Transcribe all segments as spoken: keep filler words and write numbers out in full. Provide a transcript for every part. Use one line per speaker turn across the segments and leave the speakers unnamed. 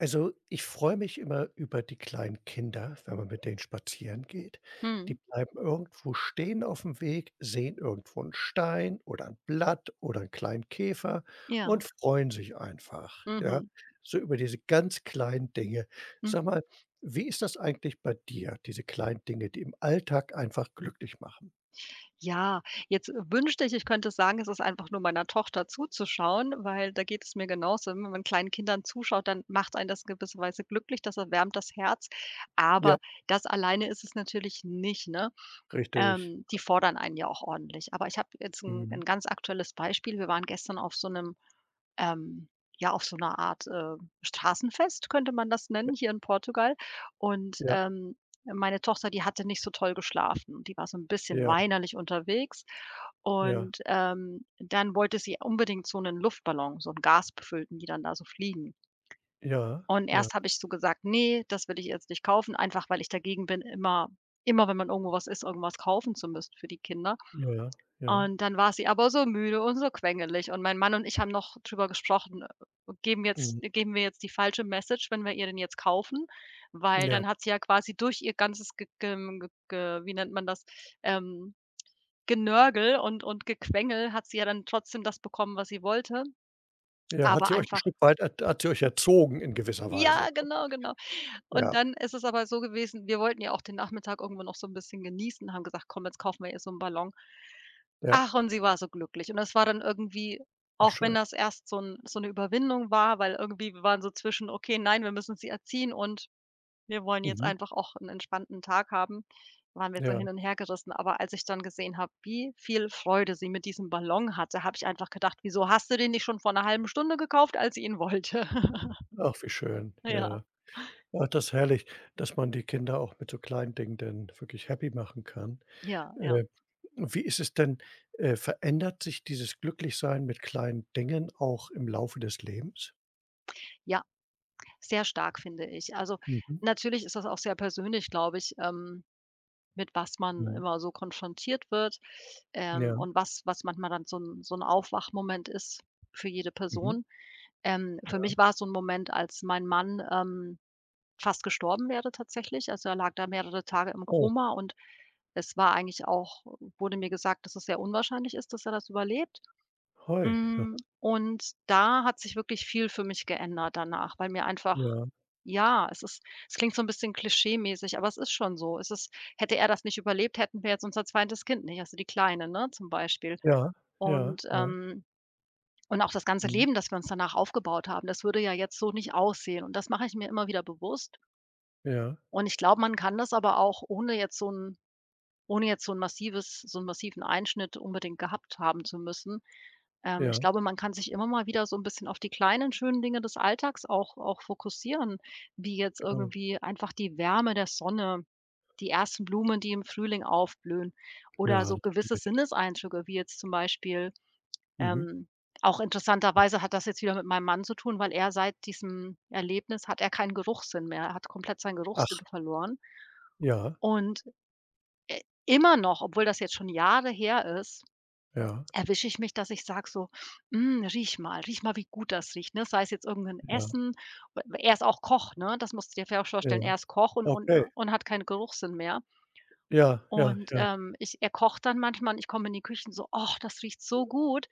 Also, ich freue mich immer über die kleinen Kinder, wenn man mit denen spazieren geht. Die
Mhm.
bleiben irgendwo stehen auf dem Weg, sehen irgendwo einen Stein oder ein Blatt oder einen kleinen Käfer
Ja.
und freuen sich einfach, ja,
Mhm.
so über diese ganz kleinen Dinge. Sag
Mhm.
mal, wie ist das eigentlich bei dir, diese kleinen Dinge, die im Alltag einfach glücklich machen?
Ja, jetzt äh, wünschte ich, ich könnte sagen, es ist einfach nur meiner Tochter zuzuschauen, weil da geht es mir genauso. Wenn man kleinen Kindern zuschaut, dann macht einen das in gewisser Weise glücklich, das erwärmt das Herz. Aber
Ja,
das alleine ist es natürlich nicht, ne?
richtig.
Ähm, die fordern einen ja auch ordentlich. Aber ich habe jetzt ein
Mhm.
'n ganz aktuelles Beispiel. Wir waren gestern auf so einem ähm, ja, auf so einer Art, äh, Straßenfest könnte man das nennen, hier in Portugal. Und,
Ja,
ähm, meine Tochter, die hatte nicht so toll geschlafen. Die war so ein bisschen
ja,
weinerlich unterwegs,
ja,
und, ähm, dann wollte sie unbedingt so einen Luftballon, so einen gasbefüllten, die dann da so fliegen.
ja,
Und
ja,
erst habe ich so gesagt: „Nee, das will ich jetzt nicht kaufen", einfach weil ich dagegen bin, immer immer, wenn man irgendwo was isst, irgendwas kaufen zu müssen für die Kinder.
ja, ja.
Und dann war sie aber so müde und so quengelig, und mein Mann und ich haben noch drüber gesprochen, äh, geben jetzt
Mhm.
geben wir jetzt die falsche Message, wenn wir ihr den jetzt kaufen, weil
Ja.
dann hat sie ja quasi durch ihr ganzes ge gem ge ge wie nennt man das, ähm, Genörgel und und Gequengel hat sie ja dann trotzdem das bekommen, was sie wollte,
Ja, hat
aber
sie euch 'n
einfach,
Stück weit hat hat sie euch erzogen in gewisser Weise, ne?
ja, genau, genau. Und
Ja,
dann ist es aber so gewesen, wir wollten ja auch den Nachmittag irgendwo noch so 'n bisschen genießen, haben gesagt: „Komm, jetzt kaufen wir ihr so 'n Ballon."
ja.
Ach, und sie war so glücklich. Und das war dann irgendwie,
Ach
auch wenn
schön.
das erst so 'n so 'ne Überwindung war, weil irgendwie wir waren so zwischen: „Okay, nein, wir müssen sie erziehen und wir wollen jetzt
Mhm.
einfach auch 'n entspannten Tag haben", waren wir so
Ja.
hin und hergerissen. Aber als ich dann gesehen habe, wie viel Freude sie mit diesem Ballon hatte, habe ich einfach gedacht: „Wieso hast du den nicht schon vor 'ner halben Stunde gekauft, als sie ihn wollte?"
Ach, wie schön,
Ja,
ja. Ach, das ist herrlich, dass man die Kinder auch mit so kleinen Dingen dann wirklich happy machen kann.
ja, ja.
Äh, Wie ist es denn, äh, verändert sich dieses Glücklichsein mit kleinen Dingen auch im Laufe des Lebens?
Ja, sehr stark, finde ich. Also,
Mhm,
natürlich ist das auch sehr persönlich, glaube ich, ähm, mit was man
mhm.
immer so konfrontiert wird,
Ja.
ähm, und was was manchmal dann so ein so ein Aufwachmoment ist für jede
Mhm.
Person. Ähm, für
Ja.
mich war es so ein Moment, als mein Mann, ähm, fast gestorben wäre tatsächlich. Also, er lag da mehrere Tage im
Oh,
Koma und es war eigentlich auch, wurde mir gesagt, dass es sehr unwahrscheinlich ist, dass er das überlebt.
hoi.
Hm,
Aha.
und da hat sich wirklich viel für mich geändert danach, weil mir einfach,
Ja.
ja, es ist, es klingt so ein bisschen klischeemäßig, aber es ist schon so. Es ist hätte er das nicht überlebt, hätten wir jetzt unser zweites Kind nicht, also die Kleine, ne, zum Beispiel.
Ja, ja,
Und,
ja.
ähm und auch das ganze
Mhm.
Leben, das wir uns danach aufgebaut haben, das würde ja jetzt so nicht aussehen. Und das mache ich mir immer wieder bewusst.
Ja,
Und ich glaube, man kann das aber auch ohne jetzt so ein, ohne jetzt so 'n massives so 'n massiven Einschnitt unbedingt gehabt haben zu müssen. Ähm, ich
ja,
glaube, man kann sich immer mal wieder so 'n bisschen auf die kleinen schönen Dinge des Alltags auch auch fokussieren, wie jetzt
genau.
irgendwie einfach die Wärme der Sonne, die ersten Blumen, die im Frühling aufblühen, oder
Ja,
so gewisse
natürlich.
Sinneseindrücke, wie jetzt zum Beispiel,
Mhm.
ähm, auch interessanterweise hat das jetzt wieder mit meinem Mann zu tun, weil er seit diesem Erlebnis, hat er keinen Geruchssinn mehr. Er hat komplett seinen Geruchssinn
Ach,
verloren
ja.
und, äh, immer noch, obwohl das jetzt schon Jahre her ist,
Ja,
erwische ich mich, dass ich sage so: „Hm, riech mal, riech mal, wie gut das riecht", ne? Sei es jetzt irgendein
ja,
Essen, w er ist auch Koch, ne? Das musst du dir vielleicht auch vorstellen.
ja.
Er ist Koch und und, äh,
Okay.
und hat keinen Geruchssinn mehr.
Ja, ja,
Und,
ja.
ähm, ich er kocht dann manchmal und ich komme in die Küche und so: „Och, das riecht so gut."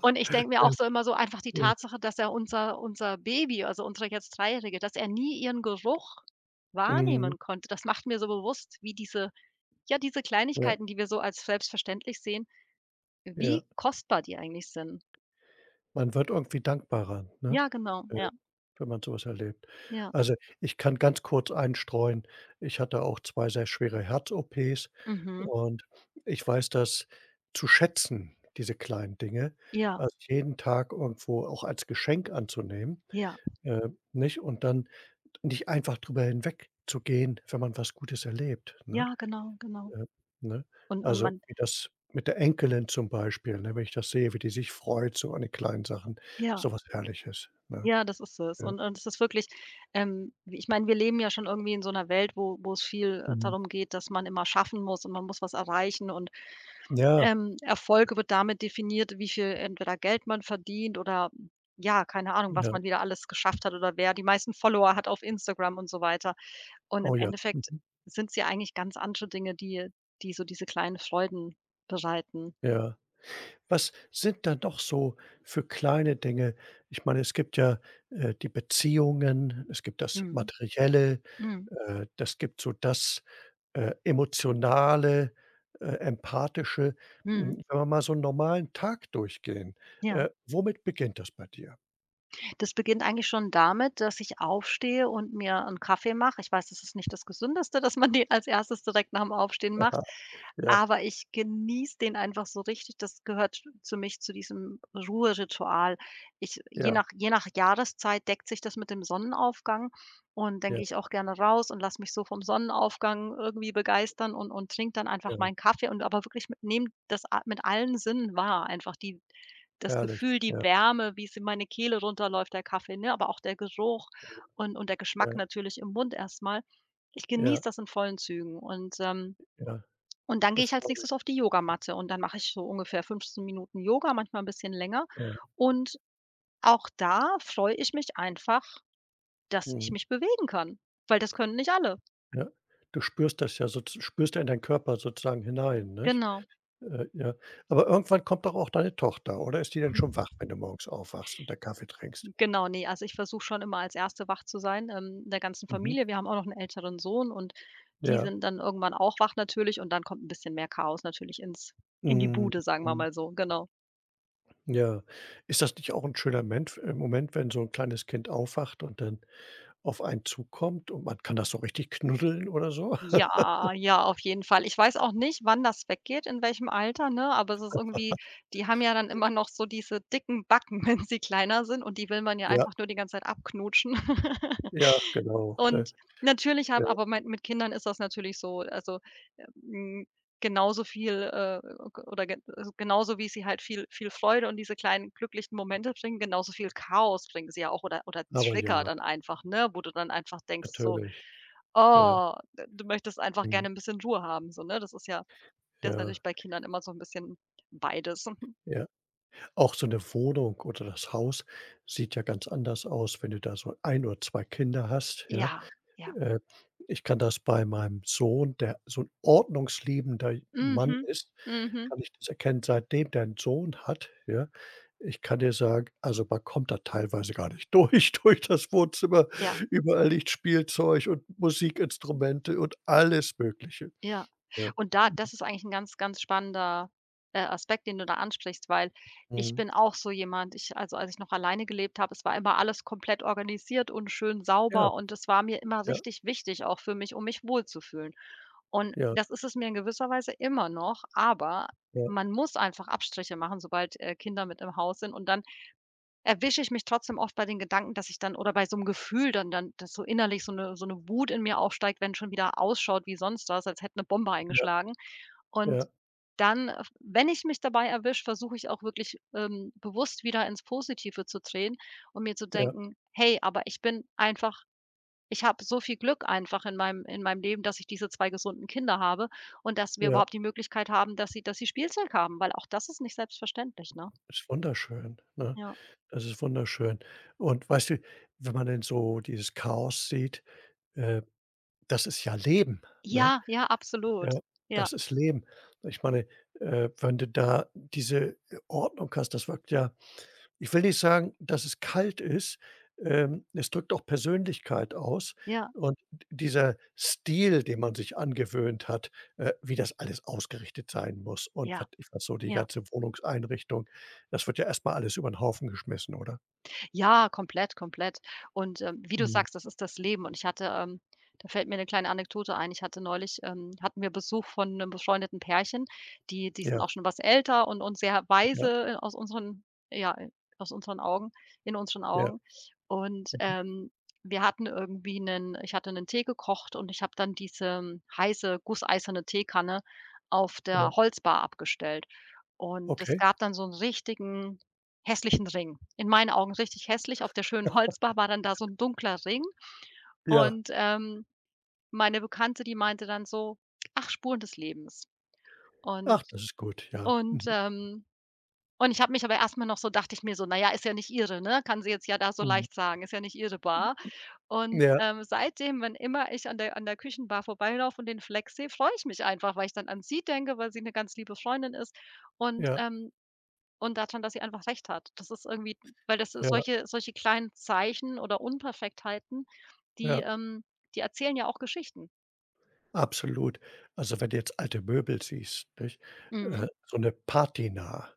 Und ich denke mir auch so, immer so einfach die
Ja, ja.
Tatsache, dass er unser unser Baby, also unsere jetzt Dreijährige, dass er nie ihren Geruch
Mhm.
wahrnehmen konnte. Das macht mir so bewusst, wie diese, ja, diese
Ja,
Kleinigkeiten, die wir so als selbstverständlich sehen, wie
ja.
kostbar die eigentlich sind.
Man wird irgendwie dankbarer, ne,
Ja, genau,
äh,
ja,
wenn man sowas erlebt.
ja,
Also, ich kann ganz kurz einstreuen, ich hatte auch zwei sehr schwere Herz-O Ps
mhm,
und ich weiß das zu schätzen, diese kleinen Dinge,
ja,
also, jeden Tag irgendwo auch als Geschenk anzunehmen,
ja,
äh, nicht? Und dann nicht einfach drüber hinwegzugehen, wenn man was Gutes erlebt, ne?
ja, genau, genau.
Ja, ne?
Und und
Also,
man,
wie das mit der Enkelin zum Beispiel, ne, wenn ich das sehe, wie die sich freut, so an den kleinen Sachen,
ja,
so was Herrliches, ne?
ja, das ist es.
Ja.
Und und es ist wirklich, ähm ich meine, wir leben ja schon irgendwie in so einer Welt, wo wo es viel, äh,
Mhm.
darum geht, dass man immer schaffen muss und man muss was erreichen und,
Ja,
ähm, Erfolg wird damit definiert, wie viel entweder Geld man verdient oder, ja, keine Ahnung, was
ja.
man wieder alles geschafft hat oder wer die meisten Follower hat auf Instagram und so weiter. Und im
Oh ja.
Endeffekt
Mhm.
sind es ja eigentlich ganz andere Dinge, die, die so diese kleinen Freuden bereiten.
Ja. Was sind da doch so für kleine Dinge, ich meine, es gibt ja, äh, die Beziehungen, es gibt das
Mhm.
Materielle,
Mhm.
äh, das gibt so das, äh, Emotionale, äh, Empathische.
Mhm.
Hm, wenn wir mal so 'n normalen Tag durchgehen,
Ja.
äh, womit beginnt das bei dir?
Das beginnt eigentlich schon damit, dass ich aufstehe und mir 'n Kaffee mache. Ich weiß, das ist nicht das Gesündeste, dass man den als erstes direkt nach'm Aufstehen macht,
Ja,
aber ich genieße den einfach so richtig. Das gehört zu mich, zu diesem Ruheritual. Ich, je
ja,
nach je nach Jahreszeit, deckt sich das mit dem Sonnenaufgang, und dann
ja,
gehe ich auch gerne raus und lasse mich so vom Sonnenaufgang irgendwie begeistern, und und trinke dann einfach
ja,
meinen Kaffee und, aber wirklich, mit nehme das a mit allen Sinnen wahr, einfach die das
herrlich.
Gefühl, die
Ja,
Wärme, wie es in meine Kehle runterläuft, der Kaffee, ne, aber auch der Geruch und und der Geschmack
ja,
natürlich im Mund erstmal. Ich genieße
ja,
das in vollen Zügen und, ähm
ja,
und dann gehe
das
ich als
glaube
Nächstes
ich.
auf die Yogamatte und dann mache ich so ungefähr fünfzehn Minuten Yoga, manchmal ein bisschen länger.
Ja,
Und auch da freue ich mich einfach, dass ich
mhm,
mich bewegen kann, weil das können nicht alle.
ja. Du spürst das ja so, spürst ja in deinen Körper sozusagen hinein, nicht?
Genau.
Äh, ja. Aber irgendwann kommt doch auch deine Tochter, oder ist die denn schon wach, wenn du morgens aufwachst und da Kaffee trinkst?
Genau, ne, also ich versuche schon immer als Erste wach zu sein, ähm, in der ganzen
Mhm.
Familie. Wir haben auch noch 'n älteren Sohn und die
Ja.
sind dann irgendwann auch wach natürlich und dann kommt 'n bisschen mehr Chaos natürlich ins in die
Mhm,
Bude, sagen wir
mhm.
mal so, genau.
Ja. Ist das nicht auch ein schöner Ment äh, Moment, wenn so ein kleines Kind aufwacht und dann auf einen zukommt und man kann das so richtig knuddeln oder so?
Ja, ja, auf jeden Fall. Ich weiß auch nicht, wann das weggeht, in welchem Alter, ne, aber es ist irgendwie, die haben ja dann immer noch so diese dicken Backen, wenn sie kleiner sind, und die will man ja
Ja,
einfach nur die ganze Zeit abknutschen.
ja, genau, ne?
Und natürlich
Ja,
haben aber mein, mit Kindern ist das natürlich so, also, ähm, genauso viel, äh, g oder ge also, genauso wie sie halt viel viel Freude und diese kleinen glücklichen Momente bringen, genauso viel Chaos bringen sie ja auch, oder oder
aber
Trigger
ja,
dann einfach, ne, wo du dann einfach denkst so:
natürlich. Ja,
„Oh, d du möchtest einfach
mhm,
gerne ein bisschen Ruhe haben", so, ne? Das ist ja das ist
ja,
natürlich bei Kindern immer so ein bisschen beides.
ja. Auch so 'ne Wohnung oder das Haus sieht ja ganz anders aus, wenn du da so ein oder zwei Kinder hast, ja?
Ja, ja.
Äh, Ich kann das bei meinem Sohn, der so 'n ordnungsliebender Mann
Mhm,
ist,
mhm,
kann ich das erkennen, seitdem der 'n Sohn hat, ja? Ich kann dir sagen, also, man kommt da teilweise gar nicht durch durch das Wohnzimmer.
ja.
Überall liegt Spielzeug und Musikinstrumente und alles Mögliche.
Ja.
Ja.
Und da, das ist eigentlich 'n ganz, ganz spannender, äh, Aspekt, den du da ansprichst, weil ich
Mhm.
bin auch so jemand, ich, also, als ich noch alleine gelebt habe, es war immer alles komplett organisiert und schön
Ja,
sauber und das war mir immer
ja,
richtig wichtig, auch für mich, um mich wohlzufühlen. Und
ja,
das ist es mir in gewisser Weise immer noch, aber
ja,
man muss einfach Abstriche machen, sobald, äh, Kinder mit im Haus sind, und dann erwische ich mich trotzdem oft bei den Gedanken, dass ich dann, oder bei so 'nem Gefühl, dann dann dass so innerlich so 'ne so 'ne Wut in mir aufsteigt, wenn schon wieder ausschaut wie sonst was, als hätte 'ne Bombe
ja,
eingeschlagen. Und
ja,
dann, äh, wenn ich mich dabei erwische, versuche ich auch wirklich, ähm, bewusst wieder ins Positive zu drehen und mir zu
ja.
denken: „Hey, aber ich bin einfach, ich habe so viel Glück, einfach in meinem, in meinem Leben, dass ich diese zwei gesunden Kinder habe und dass wir
Ja,
überhaupt die Möglichkeit haben, dass sie dass sie Spielzeug haben", weil auch das ist nicht selbstverständlich, ne?
ist wunderschön, ne?
Ja.
Das ist wunderschön. Und weißt du, wenn man denn so dieses Chaos sieht, äh, das ist ja Leben, ne?
Ja, ja,
Ja,
absolut. Ja.
das ist Leben. Ich meine, äh, wenn du da diese, äh, Ordnung hast, das wirkt ja, ich will nicht sagen, dass es kalt ist, ähm, es drückt auch Persönlichkeit aus
Ja,
und d dieser Stil, den man sich angewöhnt hat, äh, wie das alles ausgerichtet sein muss und
ja,
was ich was so die
ja.
ganze Wohnungseinrichtung, das wird ja erst mal alles über den Haufen geschmissen, oder?
Ja, komplett, komplett. Und, ähm, wie du
Mhm.
sagst, das ist das Leben. Und ich hatte, ähm da fällt mir eine kleine Anekdote ein. Ich hatte neulich, ähm, hatten wir Besuch von einem befreundeten Pärchen, die die sind
Ja,
auch schon was älter und und sehr
ja,
weise, äh, aus unseren, ja, äh, aus unseren Augen, in unseren
ja,
Augen. Und,
mhm,
ähm, wir hatten irgendwie einen, ich hatte einen Tee gekocht und ich habe dann diese, hm, heiße, gusseiserne Teekanne auf der
ja,
Holzbar abgestellt. Und es
okay,
gab dann so einen richtigen hässlichen Ring. In meinen Augen richtig hässlich. Auf der schönen Holzbar war dann da so 'n dunkler Ring
ja.
und, ähm, meine Bekannte, die meinte dann so: „Ach, Spuren des Lebens."
Ach,
Und,
das ist gut, ja.
und,
Mhm,
ähm und ich habe mich aber erst mal noch so, dachte ich mir so: „Na ja, ist ja nicht ihre, ne? Kann sie jetzt ja da so
mhm.
leicht sagen. Ist ja nicht ihre Bar.“ Und,
Ja,
ähm, seitdem, wenn immer ich an der an der Küchenbar vorbeilaufe und den Fleck sehe, freue ich mich einfach, weil ich dann an sie denke, weil sie 'ne ganz liebe Freundin ist und,
ja,
ähm, Und daran, dass sie einfach recht hat. Das ist irgendwie weil das ist
ja,
solche solche kleinen Zeichen oder Unperfektheiten, die,
ja,
ähm die erzählen ja auch Geschichten.
absolut. Also, wenn du jetzt alte Möbel siehst, nicht?
Mhm.
Äh, so eine Patina,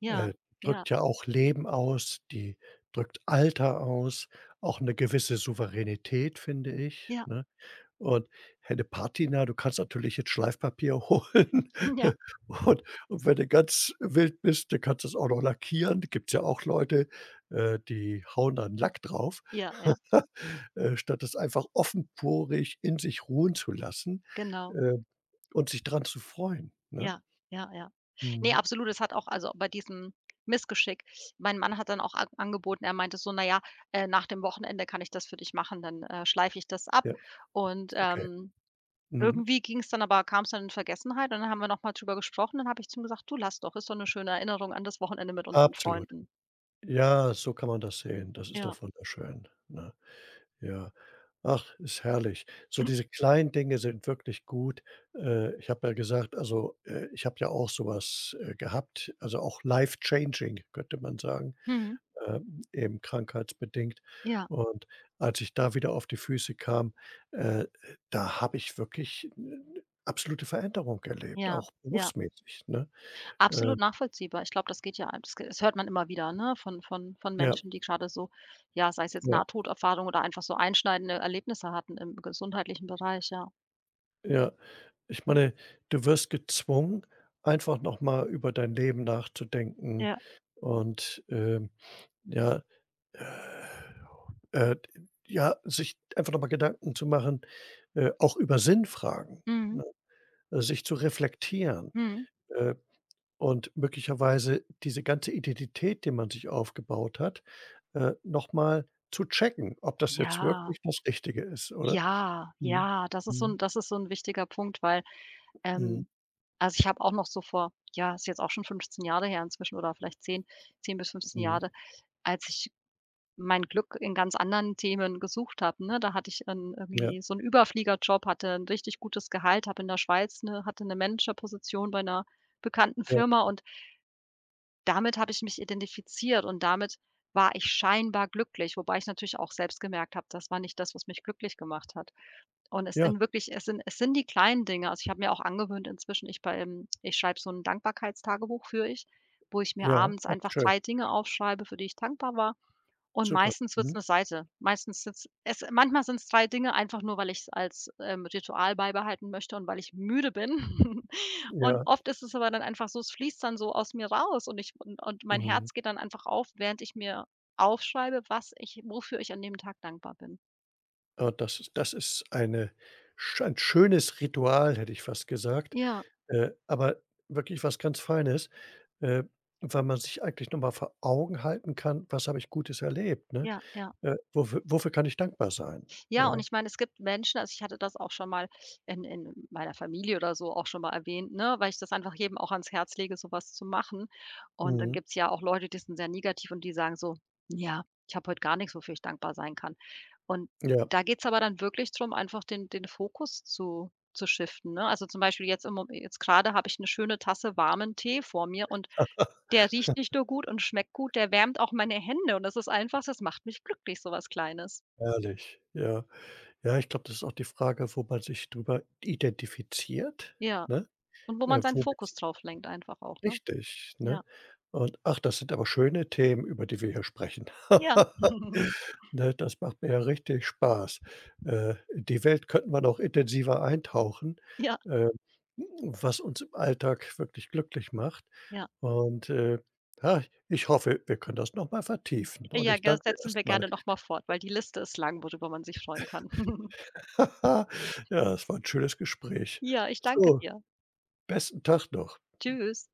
Ja,
Äh,
ja,
drückt ja auch Leben aus, die drückt Alter aus, auch 'ne gewisse Souveränität, finde ich,
ja,
ne? Und Henne Patina, du kannst natürlich jetzt Schleifpapier holen
ja,
und und wenn du ganz wild bist, dann kannst du's auch noch lackieren. Gibt's ja auch Leute, äh, die hauen dann Lack drauf,
ja, ja,
äh, statt es einfach offenporig in sich ruhen zu lassen,
genau.
äh, und sich dran zu freuen, ne?
Ja, ja, ja. Ne,
Mhm.
absolut. Es hat auch, also bei diesem Missgeschick, mein Mann hat dann auch an angeboten er meinte so: „Na ja, äh, nach dem Wochenende kann ich das für dich machen, dann, äh, schleife ich das ab
Ja,
und,
okay.
ähm,
Mhm.
Irgendwie ging es dann aber kam es dann in Vergessenheit, und dann haben wir noch mal drüber gesprochen. Dann habe ich zu ihm gesagt: „Du, lass doch, ist doch 'ne schöne Erinnerung an das Wochenende mit unseren
Absolut.
Freunden.“
Ja, so kann man das sehen. Das ist
Ja.
doch wunderschön, ne? Ja. Ach, ist herrlich. So diese kleinen Dinge sind wirklich gut. Äh, ich habe ja gesagt, also, äh, ich habe ja auch so was, äh, gehabt, also auch life changing, könnte man sagen,
Mhm.
ähm, eben krankheitsbedingt.
Ja,
Und als ich da wieder auf die Füße kam, äh, da habe ich wirklich 'ne 'ne absolute Veränderung erlebt,
ja,
auch
ja.
berufsmäßig, ne?
Absolut
Ähm,
nachvollziehbar. Ich glaube, das geht ja das das hört man immer wieder, ne, von von von
ja,
Menschen, die grade so, ja, sei es jetzt
ja,
Nahtoderfahrung oder einfach so einschneidende Erlebnisse hatten im gesundheitlichen Bereich, ja.
ja. Ich meine, du wirst gezwungen, einfach noch mal über dein Leben nachzudenken
Ja.
und, ähm, ja, äh, äh, ja, sich einfach noch mal Gedanken zu machen, äh, auch über Sinnfragen,
Mhm.
ne? Äh, Sich zu reflektieren,
Mhm.
äh, und möglicherweise diese ganze Identität, die man sich aufgebaut hat, äh, noch mal zu checken, ob das jetzt
Ja,
wirklich das Richtige ist, oder?
ja,
Mhm.
ja, das ist so
Mhm.
'n das ist so 'n wichtiger Punkt, weil
Mhm.
Ähm, also, ich habe auch noch so vor, ja, ist jetzt auch schon fünfzehn Jahre her inzwischen, oder vielleicht zehn, zehn bis fünfzehn
Mhm.
Jahre, als ich mein Glück in ganz anderen Themen gesucht habe, ne? Da hatte ich einen
Ja,
irgendwie so einen Überfliegerjob, hatte ein richtig gutes Gehalt, habe in der Schweiz eine hatte eine Managerposition bei einer bekannten
ja,
Firma, und damit habe ich mich identifiziert und damit war ich scheinbar glücklich, wobei ich natürlich auch selbst gemerkt habe, das war nicht das, was mich glücklich gemacht hat. Und es
ja.
sind wirklich, es sind es sind die kleinen Dinge. Also, ich habe mir auch angewöhnt inzwischen, ich bei ähm, ich schreibe so ein Dankbarkeitstagebuch für ich, wo ich mir
Ja,
abends
ach
einfach
schön,
drei Dinge aufschreibe, für die ich dankbar war. Und
super.
meistens wird's
Mhm.
eine Seite. Meistens sind's es manchmal sind's drei Dinge, einfach nur, weil ich es als, ähm, Ritual beibehalten möchte und weil ich müde bin. Und
Ja,
oft ist es aber dann einfach so, es fließt dann so aus mir raus, und ich und und mein
mhm.
Herz geht dann einfach auf, während ich mir aufschreibe, was ich wofür ich an dem Tag dankbar bin.
Ah, das ist das ist eine sch ein schönes Ritual, hätte ich fast gesagt,
Ja,
äh, aber wirklich was ganz Feines, äh, weil man sich eigentlich noch mal vor Augen halten kann: „Was habe ich Gutes erlebt“, ne?
ja, ja.
Äh, wofür wofür kann ich dankbar sein?
Ja, und
Ja,
ich meine, es gibt Menschen, also, ich hatte das auch schon mal in in meiner Familie oder so auch schon mal erwähnt, ne, weil ich das einfach jedem auch ans Herz lege, sowas zu machen. Und dann
mhm,
gibt's ja auch Leute, die sind sehr negativ und die sagen so: „Ja, ich habe heute gar nichts, wofür ich dankbar sein kann.“ Und
ja,
da geht's aber dann wirklich drum, einfach den den Fokus zu zu shiften, ne? Also, zum Beispiel jetzt im Mom jetzt gerade habe ich eine schöne Tasse warmen Tee vor mir, und der riecht nicht nur gut und schmeckt gut, der wärmt auch meine Hände, und das ist einfach, das macht mich glücklich, sowas Kleines.
herrlich, ja. Ja, ich glaube, das ist auch die Frage, wo man sich drüber identifiziert,
Ja.
ne?
Und wo man
Äh,
seinen
wo
Fokus drauf lenkt einfach auch, ne?
Richtig,
Ja,
ne? Und ach, das sind aber schöne Themen, über die wir hier sprechen.
ja,
Ne, das macht mir ja richtig Spaß. Äh, in die Welt könnten wir noch intensiver eintauchen,
ja,
ähm, was uns im Alltag wirklich glücklich macht.
ja.
Und, äh, ja, ich hoffe, wir können das noch mal vertiefen. Und
Ja,
ich
das
danke dir
setzen wir
erst.
gerne noch mal fort, weil die Liste ist lang, worüber man sich freuen kann.
Ja, es war ein schönes Gespräch.
Ja, ich danke
So,
dir.
besten Tag noch.
Tschüss.